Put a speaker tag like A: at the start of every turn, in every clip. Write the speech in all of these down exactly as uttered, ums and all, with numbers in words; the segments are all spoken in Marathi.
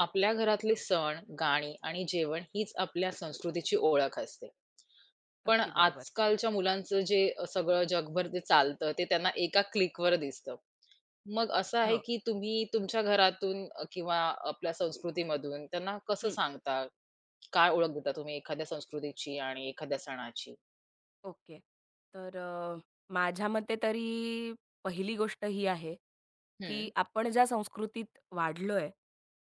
A: आपल्या घरातले सण, गाणी आणि जेवण हीच आपल्या संस्कृतीची ओळख असते. पण
B: अगदी बरोबर.
A: आजकालच्या मुलांचं जे अ, सगळं जगभर जे चालतं, ते त्यांना एका क्लिकवर दिसतं. मग असं आहे
B: हो.
A: की तुम्ही तुमच्या घरातून अ, किंवा आपल्या संस्कृतीमधून त्यांना कसं
B: हं.
A: सांगता? काय ओळख देता तुम्ही एखाद्या संस्कृतीची आणि एखाद्या सणाची?
B: ओके. तर अ, माझ्या मते तरी पहिली गोष्ट ही आहे, की
A: हं,
B: आपण ज्या संस्कृतीत वाढलोय,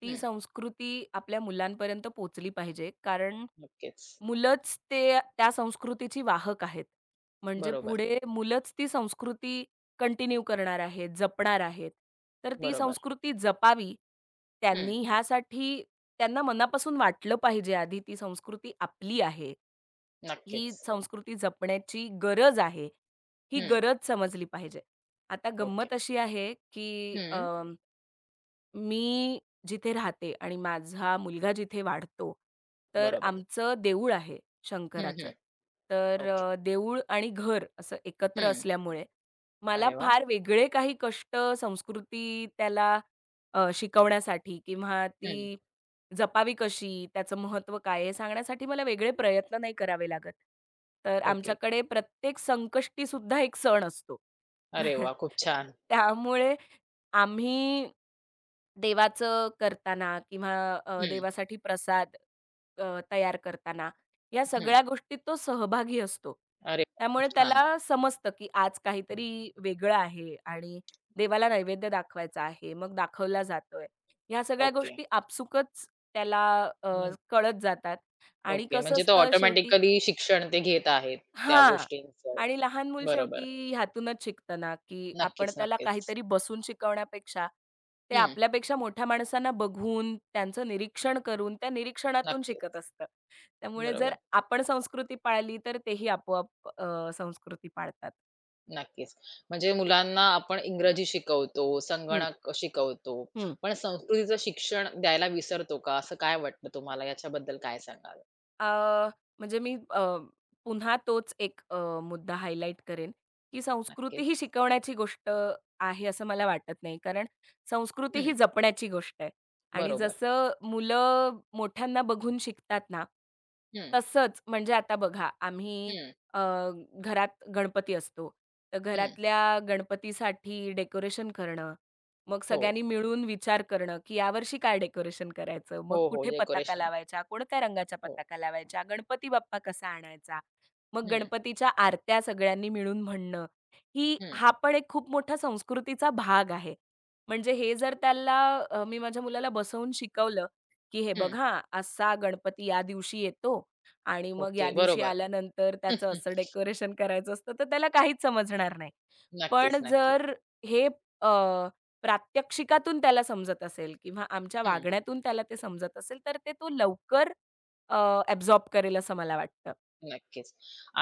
B: ती
A: हं.
B: संस्कृती आपल्या मुलांपर्यंत पोहोचली पाहिजे. कारण
A: नक्कीच.
B: मुलंच ते त्या संस्कृतीची वाहक आहेत. म्हणजे
A: बरोबर,
B: पुढे मुलंच ती संस्कृती कंटिन्यू करणार आहेत, जपणार आहेत. तर ती
A: बरोबर.
B: संस्कृती जपावी
A: हं.
B: त्यांनी ह्यासाठी त्यांना मनापासून वाटलं पाहिजे आधी ती संस्कृती आपली आहे. ही
A: नक्कीच.
B: संस्कृती जपण्याची गरज आहे. ही
A: हं.
B: गरज समजली पाहिजे. आता
A: ओके.
B: गंमत अशी आहे, की अ
A: हं.
B: मी जिथे राहते आणि माझा मुलगा जिथे वाढतो, तर
A: बरोबर.
B: आमचं देऊळ आहे
A: हं,
B: शंकराचं.
A: हं.
B: तर
A: ओके.
B: अ, देऊळ आणि घर असं एकत्र
A: हं.
B: असल्यामुळे मला
A: अरे वाह!
B: फार वेगळे काही कष्ट संस्कृती त्याला अ, शिकवण्यासाठी किंवा ती जपावी कशी, त्याचं महत्त्व काय आहे, हे सांगण्यासाठी मला वेगळे प्रयत्न नाही करावे लागत. तर
A: ओके.
B: आमच्याकडे प्रत्येक संकष्टीसुद्धा एक सण असतो.
A: अरे वाह! खूप छान.
B: त्यामुळे आम्ही देवाचं करताना किंवा अ,
A: हं,
B: देवासाठी प्रसाद अ, तयार करताना, या
A: हं.
B: सगळ्या गोष्टीत तो सहभागी असतो.
A: अरे वाह! खूप
B: त्यामुळे
A: छान.
B: त्याला समजतं, की आज काहीतरी वेगळं आहे आणि देवाला नैवेद्य दाखवायचा आहे, मग दाखवला जातोय. ह्या सगळ्या
A: ओके.
B: गोष्टी आपसुकच त्याला अ,
A: हं,
B: कळत जातात आणि
A: ओके.
B: कसं
A: म्हणजे तो
B: असतं शेवटी
A: ऑटोमॅटिकली शिक्षण ते घेत आहेत त्या
B: हां.
A: गोष्टींचं.
B: आणि लहान मूल
A: बरोबर.
B: शेवटी ह्यातूनच शिकतं ना, की आपण
A: नक्कीच,
B: त्याला
A: नक्कीच.
B: काहीतरी बसून शिकवण्यापेक्षा, ते
A: हं,
B: आपल्यापेक्षा मोठ्या माणसांना बघून, त्यांचं निरीक्षण करून, त्या निरीक्षणातून शिकत
A: नक्कीच.
B: असतं. त्यामुळे जर
A: बरोबर.
B: आपण संस्कृती पाळली, तर तेही आपोआप अ, संस्कृती पाळतात.
A: नक्कीच. म्हणजे मुलांना आपण इंग्रजी शिकवतो,
B: हं,
A: संगणक शिकवतो,
B: हं.
A: पण संस्कृतीचं शिक्षण द्यायला विसरतो का? असं काय वाटतं तुम्हाला? याच्याबद्दल काय सांगाल?
B: अ, म्हणजे मी अ, पुन्हा तोच एक अ, मुद्दा हायलाइट करेन, की संस्कृती ही
A: नक्कीच.
B: शिकवण्याची गोष्ट आहे असं मला वाटत नाही. कारण संस्कृती ही
A: हं,
B: जपण्याची गोष्ट आहे आणि
A: बरोबर.
B: जसं मुलं मोठ्यांना बघून शिकतात ना,
A: हं,
B: तसंच म्हणजे आता बघा आम्ही
A: हं,
B: अ, घरात गणपती असतो. तर
A: हं.
B: घरातल्या गणपतीसाठी डेकोरेशन करणं मग
A: हो.
B: सगळ्यांनी मिळून विचार करणं, की यावर्षी काय डेकोरेशन करायचं? मग
A: हो, हो.
B: कुठे पताका
A: डेकोरेशन.
B: लावायचा? कोणत्या रंगाच्या
A: हो.
B: पताका लावायच्या? गणपती बाप्पा कसा आणायचा? मग
A: हं,
B: गणपतीच्या आरत्या सगळ्यांनी मिळून म्हणणं, ही
A: हं,
B: हा पण एक खूप मोठा संस्कृतीचा भाग आहे. म्हणजे हे जर त्याला अ, मी माझ्या मुलाला बसवून शिकवलं, की "हे
A: हं.
B: बघ हां, असा गणपती या दिवशी येतो आणि मग या
A: ओके,
B: दिवशी
A: बरोबर.
B: आल्यानंतर त्याचं
A: हं,
B: असं डेकोरेशन करायचं असतं." तर त्याला काहीच समजणार नाही.
A: नक्कीच,
B: पण
A: नक्कीच.
B: जर हे अ, प्रात्यक्षिकातून त्याला समजत असेल किंवा आमच्या
A: हं,
B: वागण्यातून त्याला ते समजत असेल, तर ते तो लवकर अ, करेल असं मला वाटतं.
A: नक्कीच.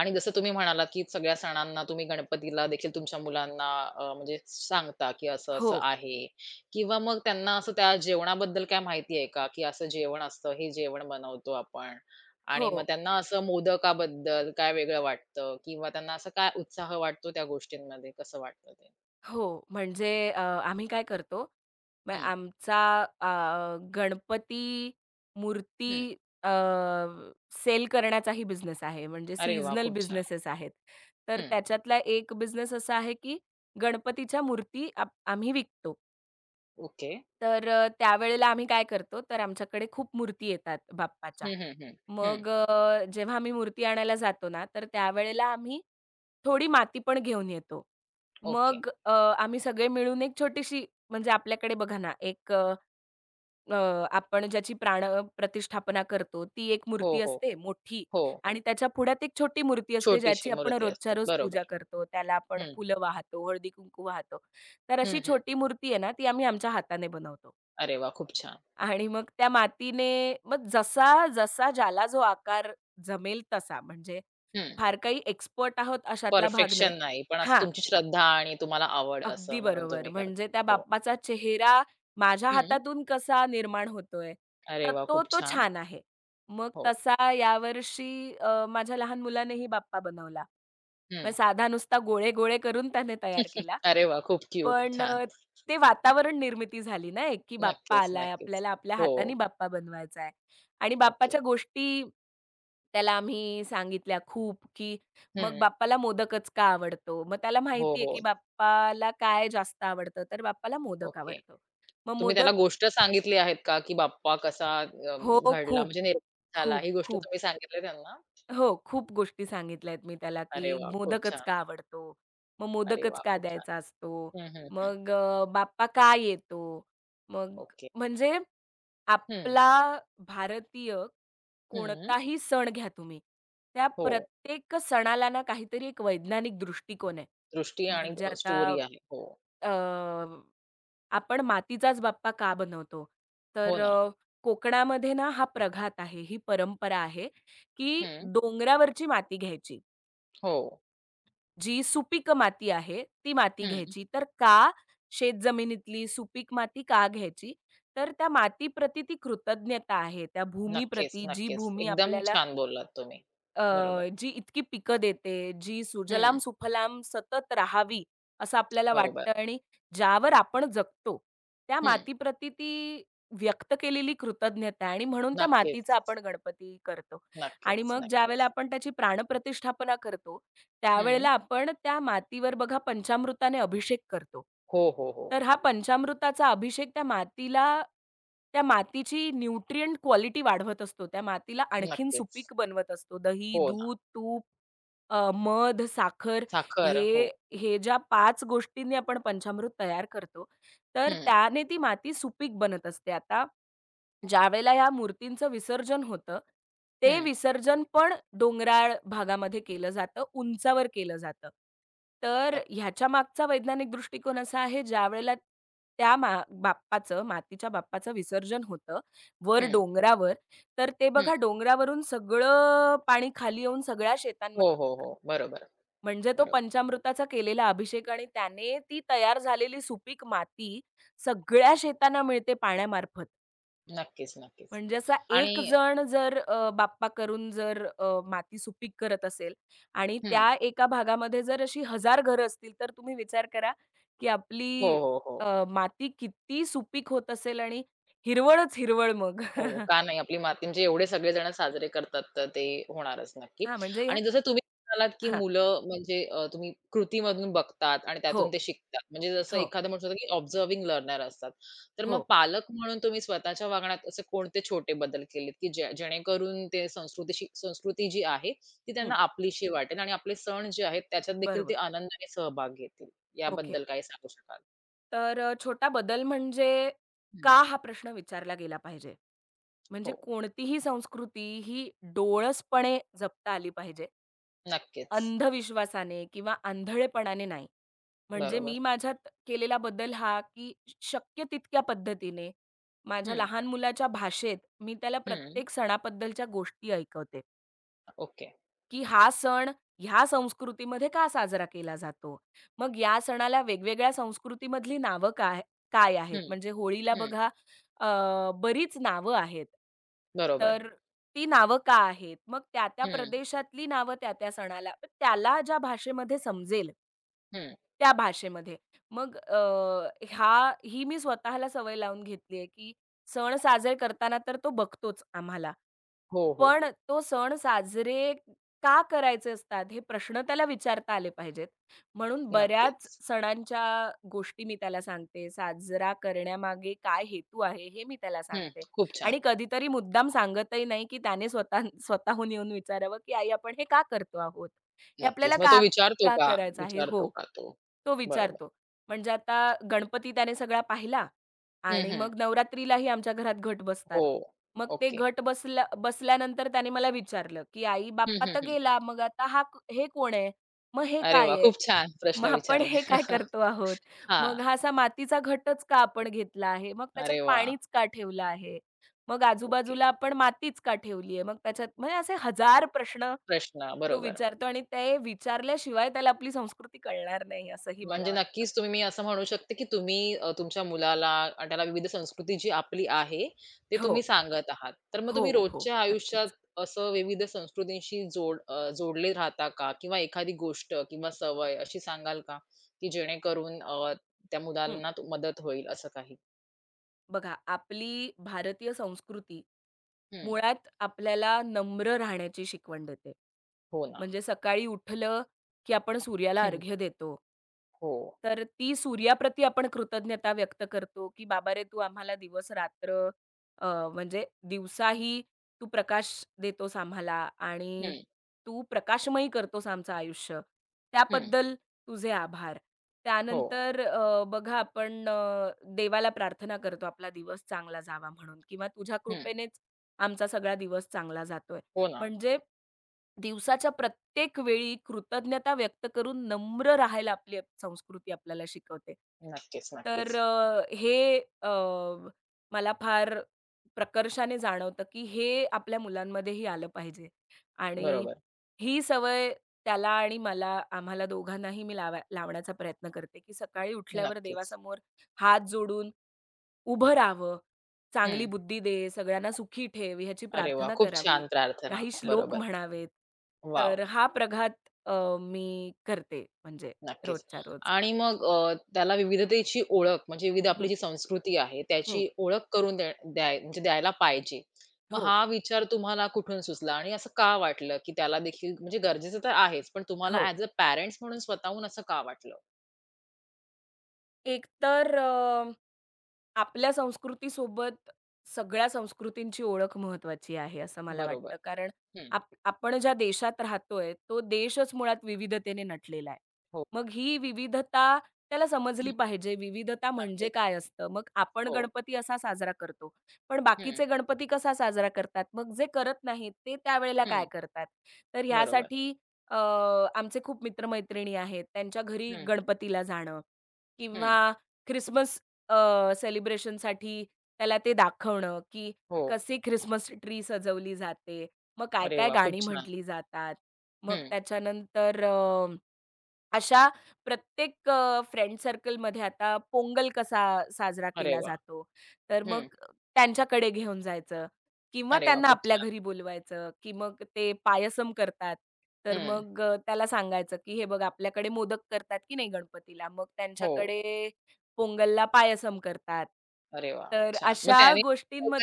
A: आणि जसं तुम्ही म्हणालात, की सगळ्या सणांना तुम्ही गणपतीला देखील तुमच्या मुलांना अ, म्हणजे सांगता, की
B: हो.
A: असं-असं आहे किंवा मग त्यांना असं त्या जेवणाबद्दल काय माहिती आहे का, की असं जेवण असतं, हे जेवण बनवतो आपण आणि मग
B: हो,
A: त्यांना असं मोदकाबद्दल काय वेगळं वाटतं किंवा त्यांना असं काय उत्साह वाटतो त्या गोष्टींमध्ये, कसं वाटतं ते?
B: हो. म्हणजे अ, आम्ही काय करतो, मग
A: हं,
B: आमचा अ, गणपती मूर्ती
A: हं.
B: अ, सेल करण्याचाही बिझनेस आहे. म्हणजे
A: अरे वाह!
B: सीजनल
A: खूप छान.
B: बिझनेसेस आहेत. तर
A: हं,
B: त्याच्यातला एक बिझनेस असा आहे, की गणपतीच्या मूर्ती आप आम्ही विकतो.
A: ओके.
B: तर अ, त्यावेळेला आम्ही काय करतो, तर आमच्याकडे खूप मूर्ती येतात बाप्पाच्या.
A: हं, हं, हं. हं,
B: मग अ, जेव्हा आम्ही मूर्ती आणायला जातो ना, तर त्यावेळेला आम्ही थोडी माती पण घेऊन येतो.
A: ओके.
B: मग अ, आम्ही सगळे मिळून एक छोटीशी म्हणजे आपल्याकडे बघा ना, एक अ, अ, आपण ज्याची प्राण प्रतिष्ठापना करतो, ती एक
A: हो,
B: मूर्ती
A: हो.
B: असते मोठी
A: हो.
B: आणि त्याच्या पुढ्यात एक छोटी मूर्ती असते,
A: छोटीशी
B: ज्याची आपण
A: मूर्ती
B: रोजच्या
A: असते.
B: रोज पूजा
A: बरोबर.
B: करतो. त्याला आपण
A: हं,
B: फुलं वाहतो, हळदी-कुंकू वाहतो. तर
A: हं,
B: अशी
A: हं.
B: छोटी मूर्ती आहे ना, ती आम्ही आमच्या हाताने बनवतो.
A: अरे वा, खूप छान.
B: आणि मग त्या मातीने मग जसा, जसा ज्याला जो आकार जमेल तसा, म्हणजे
A: हं.
B: फार काही एक्सपर्ट आहोत अशातला भाग नाही.
A: परफेक्शन नाही, पण असं
B: हां,
A: तुमची श्रद्धा आणि तुम्हाला आवड
B: अगदी
A: असं म्हणून
B: बरोबर.
A: तुम्ही करता.
B: म्हणजे त्या
A: हो.
B: बाप्पाचा चेहरा माझ्या
A: हं.
B: हातातून कसा निर्माण होतोय,
A: अरे
B: तर
A: वा,
B: तो
A: खूप
B: तो
A: छान.
B: छान आहे. मग
A: हो.
B: तसा यावर्षी अ, माझ्या लहान मुलानेही बाप्पा बनवला. मग
A: हं.
B: साधा नुसता गोळे-गोळे करून त्याने तयार केला.
A: अरे वा, खूप क्यूट.
B: पण
A: छान.
B: अ, ते वातावरण निर्मिती झाली ना एक, की बाप्पा
A: नक्कीच,
B: आलाय,
A: नक्कीच.
B: आपल्याला आपल्या
A: हो.
B: हाताने बाप्पा बनवायचा आहे आणि
A: ओके.
B: बाप्पाच्या गोष्टी त्याला आम्ही सांगितल्या खूप, की मग
A: हं.
B: बाप्पाला मोदकच का आवडतो? मग त्याला
A: हो,
B: माहिती आहे,
A: हो.
B: की बाप्पाला काय जास्त आवडतं, तर बाप्पाला मोदक
A: ओके.
B: आवडतो. मग
A: तुम्ही त्याला
B: मोदक
A: गोष्ट सांगितली आहेत का, की बाप्पा कसा अ,
B: हो,
A: घडला
B: खूप,
A: म्हणजे निर्माण झाला
B: खूप,
A: ही गोष्ट
B: खूप.
A: तुम्ही सांगितली त्यांना?
B: हो, खूप गोष्टी सांगितल्या आहेत मी त्याला,
A: अरे
B: की
A: वाह! खूप
B: मोदकच
A: छान.
B: का आवडतो? मग
A: अरे
B: मोदकच
A: वाह!
B: का
A: खूप छान.
B: द्यायचा असतो?
A: हं, हं, हं.
B: मग अ, बाप्पा का येतो? मग
A: ओके.
B: म्हणजे
A: हं,
B: आपला भारतीय
A: हं.
B: कोणताही सण घ्या तुम्ही, त्या
A: हो.
B: प्रत्येक सणाला ना काहीतरी एक वैज्ञानिक दृष्टिकोन आहे.
A: दृष्टी आणि
B: म्हणजे
A: अ,
B: आता
A: स्टोरी आहे. हो.
B: अ, आपण मातीचाच बाप्पा का बनवतो?
A: हो
B: तर अ,
A: ना.
B: कोकणामध्ये ना हा प्रघात आहे, ही परंपरा आहे. की
A: हं.
B: डोंगरावरची माती घ्यायची.
A: हो.
B: जी सुपीक माती आहे, ती माती
A: हं.
B: घ्यायची. तर का शेतजमिनीतली सुपीक माती का घ्यायची? तर त्या मातीप्रती ती कृतज्ञता आहे. त्या
A: नक्कीच,
B: भूमीप्रती जी
A: नक्कीच.
B: भूमी
A: एकदम
B: आपल्याला
A: छान बोललात तुम्ही.
B: अ,
A: बरोबर.
B: जी इतकी पिकं देते, जी
A: हं.
B: सुजलाम-सुफलाम सतत राहावी असं आपल्याला
A: बरोबर.
B: वाटतं आणि ज्यावर आपण जगतो, त्या
A: हं.
B: मातीप्रती ती व्यक्त केलेली कृतज्ञता आहे. आणि म्हणून त्या मातीचा
A: नक्कीच.
B: आपण गणपती करतो आणि
A: नक्कीच,
B: मग ज्यावेळेला
A: नक्कीच.
B: आपण त्याची प्राणप्रतिष्ठापना करतो,
A: हं.
B: त्यावेळेला आपण त्या मातीवर बघा पंचामृताने अभिषेक करतो.
A: हो, हो, हो.
B: तर हा पंचामृताचा अभिषेक त्या मातीला त्या मातीची न्यूट्रिएंट क्वालिटी वाढवत असतो. त्या मातीला आणखीन
A: नक्कीच.
B: सुपीक बनवत असतो. दही,
A: हो ना.
B: दूध, तूप, अ, मध, साखर
A: साखर.
B: हे
A: हो.
B: हे ज्या पाच गोष्टींनी आपण पंचामृत तयार करतो, तर
A: हं,
B: त्याने ती माती सुपीक बनत असते. आता ज्यावेळेला ह्या मूर्तींचं विसर्जन होतं, ते
A: हं.
B: विसर्जन पण डोंगराळ भागामध्ये केलं जातं, उंचावर केलं जातं. तर
A: नक्क
B: ह्याच्या मागचा वैज्ञानिक दृष्टिकोन असा आहे, ज्यावेळेला त्या मा बाप्पाचं, मातीच्या बाप्पाचं विसर्जन होतं, वर
A: हं,
B: डोंगरावर, तर ते
A: हं.
B: बघा डोंगरावरून सगळं पाणी खाली येऊन सगळ्या शेतांमध्ये
A: हो, हो,
B: पसरतं.
A: हो. बरोबर,
B: म्हणजे तो
A: बरोबर.
B: पंचामृताचा केलेला अभिषेक आणि त्याने ती तयार झालेली सुपीक माती सगळ्या शेतांना मिळते पाण्यामार्फत.
A: नक्कीच, नक्कीच.
B: म्हणजे असा
A: आणि
B: एक जण जर अ, बाप्पा करून जर अ, माती सुपीक करत असेल आणि
A: हं.
B: त्या एका भागामध्ये जर अशी हजार घरं असतील, तर तुम्ही विचार करा, की
A: हो,
B: आपली
A: हो, हो.
B: अ, माती किती सुपीक होत असेल आणि हिरवळच हिरवळ मग.
A: हो, का नाही? आपली माती म्हणजे एवढे सगळेजण साजरे करतात, तर ते होणारच नक्की.
B: हां, म्हणजे या
A: आणि जसं तुम्ही म्हणालात, की
B: हां.
A: मुलं म्हणजे अ, तुम्ही कृतीमधून बघतात आणि
B: हो,
A: त्यातून ते शिकतात. म्हणजे जसं
B: हो,
A: एखादं म्हणू शकतो, की ऑब्झर्व्हिंग लर्नर असतात. तर मग
B: हो.
A: पालक म्हणून तुम्ही स्वतःच्या वागण्यात असे कोणते छोटे बदल केलेत, की जे जेणेकरून ते संस्कृतीशी संस्कृती जी आहे, ती त्यांना
B: हं,
A: आपलीशी वाटेल आणि आपले सण जे आहेत, त्याच्यात देखील ते
B: बरोबर.
A: आनंदाने सहभाग घेतील.
B: ओके.
A: याबद्दल काही सांगू शकाल?
B: तर अ, छोटा बदल म्हणजे
A: हं.
B: का हा प्रश्न विचारला गेला पाहिजे. म्हणजे
A: हो,
B: कोणतीही संस्कृती ही डोळसपणे जपता आली पाहिजे.
A: नक्कीच.
B: अंधविश्वासाने किंवा आंधळेपणाने नाही. म्हणजे मी
A: बरोबर.
B: माझ्यात केलेला बदल हा, की शक्य तितक्या पद्धतीने माझ्या
A: हं,
B: लहान मुलाच्या भाषेत मी त्याला
A: हं.
B: प्रत्येक सणाबद्दलच्या गोष्टी ऐकवते.
A: ओके.
B: की हा सण ह्या संस्कृतीमध्ये का साजरा केला जातो? मग या सणाला वेगवेगळ्या संस्कृतीमधली नावं काय काय आहेत?
A: हं.
B: म्हणजे होळीला
A: हं,
B: बघा अ, बरीच नावं आहेत.
A: बरोबर.
B: तर ती नावं का आहेत? मग त्या-त्या
A: हं,
B: प्रदेशातली नावं त्या-त्या सणाला त्याला ज्या भाषेमध्ये समजेल,
A: हं.
B: त्या भाषेमध्ये. मग अ, ह्या ही मी स्वतःला सवय लावून घेतली आहे, की सण साजरे करताना तर तो बघतोच आम्हाला.
A: हो, हो.
B: पण तो सण साजरे का करायचे असतात? हे प्रश्न त्याला विचारता आले पाहिजेत. म्हणून बऱ्याच
A: नक्कीच.
B: सणांच्या गोष्टी मी त्याला सांगते. साजरा करण्यामागे काय हेतू आहे, हे मी त्याला
A: हं,
B: सांगते.
A: खूप छान.
B: आणि कधीतरी मुद्दाम सांगतही नाही, की त्याने स्वतः स्वतःहून येऊन विचारावं, की "आई, आपण हे का करतो आहोत? हे
A: नक्कीच.
B: आपल्याला
A: मग तो
B: का
A: विचारतो
B: का
A: का?
B: करायचं आहे?"
A: विचारतो
B: हो,
A: का तो?
B: तो
A: बरोबर.
B: विचारतो. म्हणजे आता गणपती त्याने सगळा पाहिला.
A: हं,
B: आणि
A: हं.
B: मग नवरात्रीलाही आमच्या घरात घट
A: हो.
B: बसतात. मग ते
A: ओके.
B: घट बसल्या बसल्यानंतर त्याने मला विचारलं, की "आई
A: हं,
B: बाप्पा
A: हं,
B: तर
A: हं.
B: गेला, मग आता हा क- हे कोण आहे? मग हे
A: अरे वाह!
B: काय आहे?
A: खूप छान प्रश्न
B: मग आपण हे
A: विचारला.
B: काय करतो आहोत?
A: हां.
B: मग हा असा मातीचा घटच का आपण घेतला आहे? मग त्याच्यात
A: अरे वाह!
B: पाणीच का ठेवलं आहे? मग
A: ओके.
B: आजूबाजूला आपण मातीच का ठेवली आहे? मग त्याच्यात" म्हणजे असे हजार प्रश्न
A: प्रश्न
B: तो
A: बरोबर.
B: विचारतो आणि ते विचारल्याशिवाय त्याला आपली संस्कृती कळणार नाही असंही मला
A: म्हणजे
B: वाटतं.
A: नक्कीच तुम्ही मी असं म्हणू शकते, की तुम्ही अ, तुमच्या मुलाला आणि त्याला विविध संस्कृती जी आपली आहे, ते तुम्ही
B: हो.
A: सांगत आहात. तर मग तुम्ही
B: हो, हो.
A: रोजच्या आयुष्यात
B: नक्कीच.
A: असं विविध संस्कृतींशी जोड अ, जोडले राहता का? किंवा एखादी गोष्ट किंवा सवय अशी सांगाल का? की जेणेकरून अ, त्या मुलांना तु- मदत होईल असं काही?
B: बघा आपली भारतीय संस्कृती
A: हं.
B: मुळात आपल्याला नम्र राहण्याची शिकवण देते.
A: हो ना.
B: म्हणजे सकाळी उठलं, की आपण सूर्याला
A: हं.
B: अर्घ्य देतो.
A: हो.
B: तर ती सूर्याप्रती आपण कृतज्ञता व्यक्त करतो, की "बाबा रे, तू आम्हाला दिवस-रात्र अ, म्हणजे दिवसाही तू प्रकाश देतोस आम्हाला आणि
A: हं,
B: तू प्रकाशमयी करतोस आमचं आयुष्य.
A: हं.
B: त्याबद्दल तुझे आभार."
A: हो.
B: त्यानंतर अ, बघा आपण अ, देवाला प्रार्थना करतो, "आपला दिवस चांगला जावा म्हणून किंवा तुझ्या
A: हं.
B: कृपेने आमचा सगळा दिवस चांगला जातोय.
A: हो ना.
B: म्हणजे दिवसाच्या प्रत्येक वेळी कृतज्ञता व्यक्त करून नम्र राहायला आपली आप- संस्कृती आपल्याला शिकवते.
A: नक्कीच,
B: तर
A: नक्कीच.
B: अ, हे अ, मला फार प्रकर्षाने जाणवतं, की हे आपल्या मुलांमध्येही आलं पाहिजे आणि
A: बरोबर.
B: ही सवय त्याला आणि मला, आम्हाला दोघांनाही मी लावा लावण्याचा प्रयत्न करते, की सकाळी उठल्यावर
A: नक्कीच.
B: देवासमोर हात जोडून उभं राहावं, चांगली
A: हं.
B: बुद्धी दे, सगळ्यांना सुखी ठेव, ह्याची
A: अरे वाह!
B: प्रार्थना
A: खूप
B: करावी,
A: छान प्रार्थना.
B: काही श्लोक
A: बरोबर.
B: म्हणावेत. तर
A: वॉव!
B: हा प्रघात अ, मी करते म्हणजे
A: नक्कीच.
B: रोजच्या रोज.
A: आणि मग अ, त्याला विविधतेची ओळख म्हणजे विविध आपली
B: हं,
A: जी संस्कृती आहे
B: हं.
A: त्याची ओळख करून द्या द्याय म्हणजे द्यायला पाहिजे. मग
B: हो,
A: हा विचार तुम्हाला कुठून सुचला आणि असं का वाटलं, की त्याला देखील म्हणजे गरजेचं तर आहेच, पण तुम्हाला
B: हो.
A: ॲज अ पॅरेंट्स म्हणून स्वतःहून असं का वाटलं?
B: एकतर अ, आपल्या संस्कृतीसोबत सगळ्या संस्कृतींची ओळख महत्त्वाची आहे, असं मला वाटतं.
A: बरोबर.
B: कारण
A: हं.
B: आप आपण ज्या देशात राहतोय, तो देशच मुळात विविधतेने नटलेला आहे.
A: हो.
B: मग ही विविधता त्याला समजली
A: हं.
B: पाहिजे. विविधता म्हणजे
A: नक्कीच.
B: काय असतं? मग आपण
A: हो.
B: गणपती असा साजरा करतो, पण
A: हं,
B: बाकीचे गणपती कसा साजरा करतात? मग जे करत नाहीत, ते त्यावेळेला काय
A: हं.
B: करतात? तर
A: बरोबर.
B: ह्यासाठी अ, आमचे खूप मित्र आहेत. त्यांच्या घरी
A: हं,
B: गणपतीला जाणं किंवा
A: हं.
B: ख्रिसमस अ, सेलिब्रेशनसाठी त्याला ते दाखवणं, की
A: हो.
B: कशी ख्रिसमस ट्री सजवली जाते. मग
A: अरे
B: काय-काय
A: वाह! खूप
B: गाणी
A: छान.
B: म्हटली जातात. मग
A: हं.
B: त्याच्यानंतर अ, अशा प्रत्येक अ, फ्रेंड सर्कलमध्ये आता पोंगल कसा साजरा
A: अरे
B: केला
A: वाह!
B: जातो, तर मग
A: हं.
B: त्यांच्याकडे घेऊन जायचं किंवा
A: अरे वाह!
B: त्यांना
A: खूप
B: आपल्या
A: छान.
B: घरी बोलवायचं, की मग ते पायसम करतात. तर
A: हं.
B: मग अ, त्याला सांगायचं, की "हे बघ आपल्याकडे मोदक करतात की नाही गणपतीला, मग
A: हो.
B: त्यांच्याकडे पोंगलला पायसम करतात."
A: अरे वाह!
B: तर
A: छान. मग
B: अशा
A: त्याने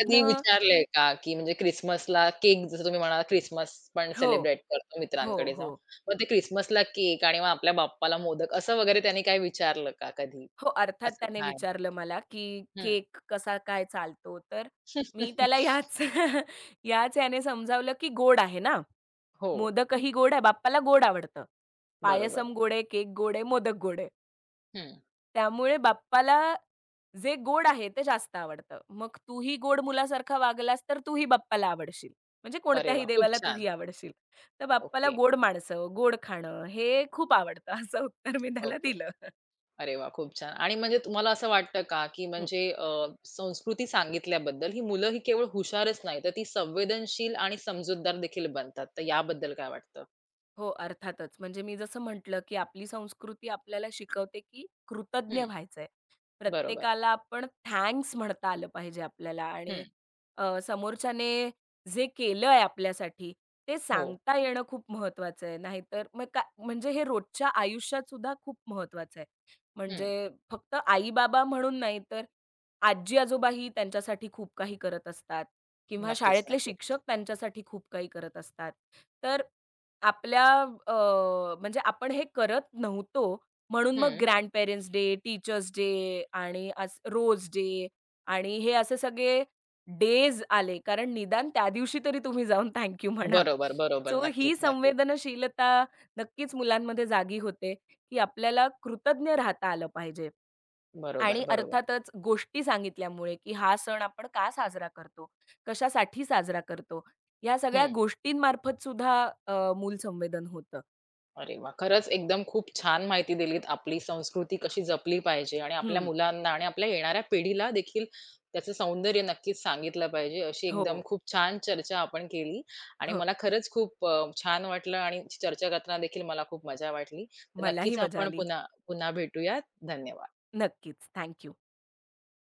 A: कधी विचारलंय का, की म्हणजे क्रिसमसला केक जसं तुम्ही म्हणालात क्रिसमस पण
B: हो,
A: सेलिब्रेट करतो
B: हो,
A: मित्रांकडे
B: हो.
A: जाऊन. मग ते क्रिसमसला केक आणि मग आपल्या बाप्पाला मोदक असं वगैरे त्यांनी काही विचारलं का कधी?
B: हो, अर्थात
A: असं
B: त्याने
A: काय?
B: विचारलं मला, की
A: हं.
B: केक कसा काय चालतो? तर मी त्याला ह्याच ह्याच ह्याने समजावलं, की गोड आहे ना.
A: हो,
B: मोदकही गोड आहे. बाप्पाला गोड आवडतं.
A: बरोबर.
B: पायसम गोड आहे, केक गोड आहे, मोदक गोड आहे.
A: हं.
B: त्यामुळे बाप्पाला जे गोड आहे ते जास्त आवडतं. मग तूही गोड मुलासारखा वागलास तर तूही बाप्पाला आवडशील. म्हणजे
A: अरे
B: कोणत्याही
A: वाह! खूप
B: देवाला
A: छान.
B: तूही आवडशील. तर बाप्पाला
A: ओके,
B: गोड माणसं, गोड खाणं हे खूप आवडतं असं उत्तर मी त्याला
A: ओके.
B: दिलं.
A: अरे वाह! खूप छान. आणि म्हणजे तुम्हाला असं वाटतं का, की म्हणजे अ, संस्कृती सांगितल्याबद्दल ही मुलं ही केवळ हुशारच नाही, तर ती संवेदनशील आणि समजूतदार देखील बनतात. तर याबद्दल काय वाटतं?
B: हो, अर्थातच. म्हणजे मी जसं म्हटलं, की आपली संस्कृती आपल्याला शिकवते, की कृतज्ञ व्हायचंय.
A: बरोबर.
B: प्रत्येकाला आपण थँक्स म्हणता आलं पाहिजे आपल्याला
A: हं.
B: आणि अ, समोरच्याने जे केलंय आपल्यासाठी ते
A: हो.
B: सांगता येणं खूप महत्वाचं आहे. नाहीतर मग का म्हणजे हे रोजच्या आयुष्यात सुद्धा खूप महत्वाचं आहे.
A: हं.
B: म्हणजे फक्त आई-बाबा म्हणून नाही तर आजी-आजोबाही त्यांच्यासाठी खूप काही करत असतात किंवा
A: नक्कीच,
B: शाळेतले शिक्षक
A: नक्कीच.
B: त्यांच्यासाठी खूप काही करत असतात. तर आपल्या अ, म्हणजे आपण हे करत नव्हतो, म्हणून मग
A: हं.
B: ग्रँड-पेरेंट्स डे, टीचर्स डे आणि अस रोज डे आणि हे असे सगळे डेज आले. कारण निदान त्या दिवशी तरी तुम्ही जाऊन थँक यू म्हणा.
A: बरोबर, बरोबर.
B: सो ही
A: नक्कीच, नक्कीच.
B: संवेदनशीलता नक्कीच मुलांमध्ये जागी होते, की आपल्याला कृतज्ञ राहता आलं पाहिजे.
A: बरोबर,
B: आणि
A: बरोबर.
B: अर्थातच गोष्टी सांगितल्यामुळे, की हा सण आपण का साजरा करतो? कशासाठी साजरा करतो? या सगळ्या
A: हं.
B: गोष्टींमार्फत सुद्धा अ, मूल संवेदन होतं.
A: अरे वाह! खरंच एकदम खूप छान माहिती दिलीत. आपली संस्कृती कशी जपली पाहिजे आणि आपल्या
B: हं.
A: मुलांना आणि आपल्या येणाऱ्या पिढीला देखील त्याचं सौंदर्य नक्कीच सांगितलं पाहिजे. अशी
B: हो.
A: एकदम खूप छान चर्चा आपण केली आणि
B: हो.
A: मला खरंच खूप अ, छान वाटलं आणि चर्चा करताना देखील मला खूप मजा वाटली. तर
B: मलाही
A: नक्कीच
B: मजा
A: आपण
B: आली.
A: पुन्हा पुन्हा भेटूयात. धन्यवाद.
B: नक्कीच. Thank you.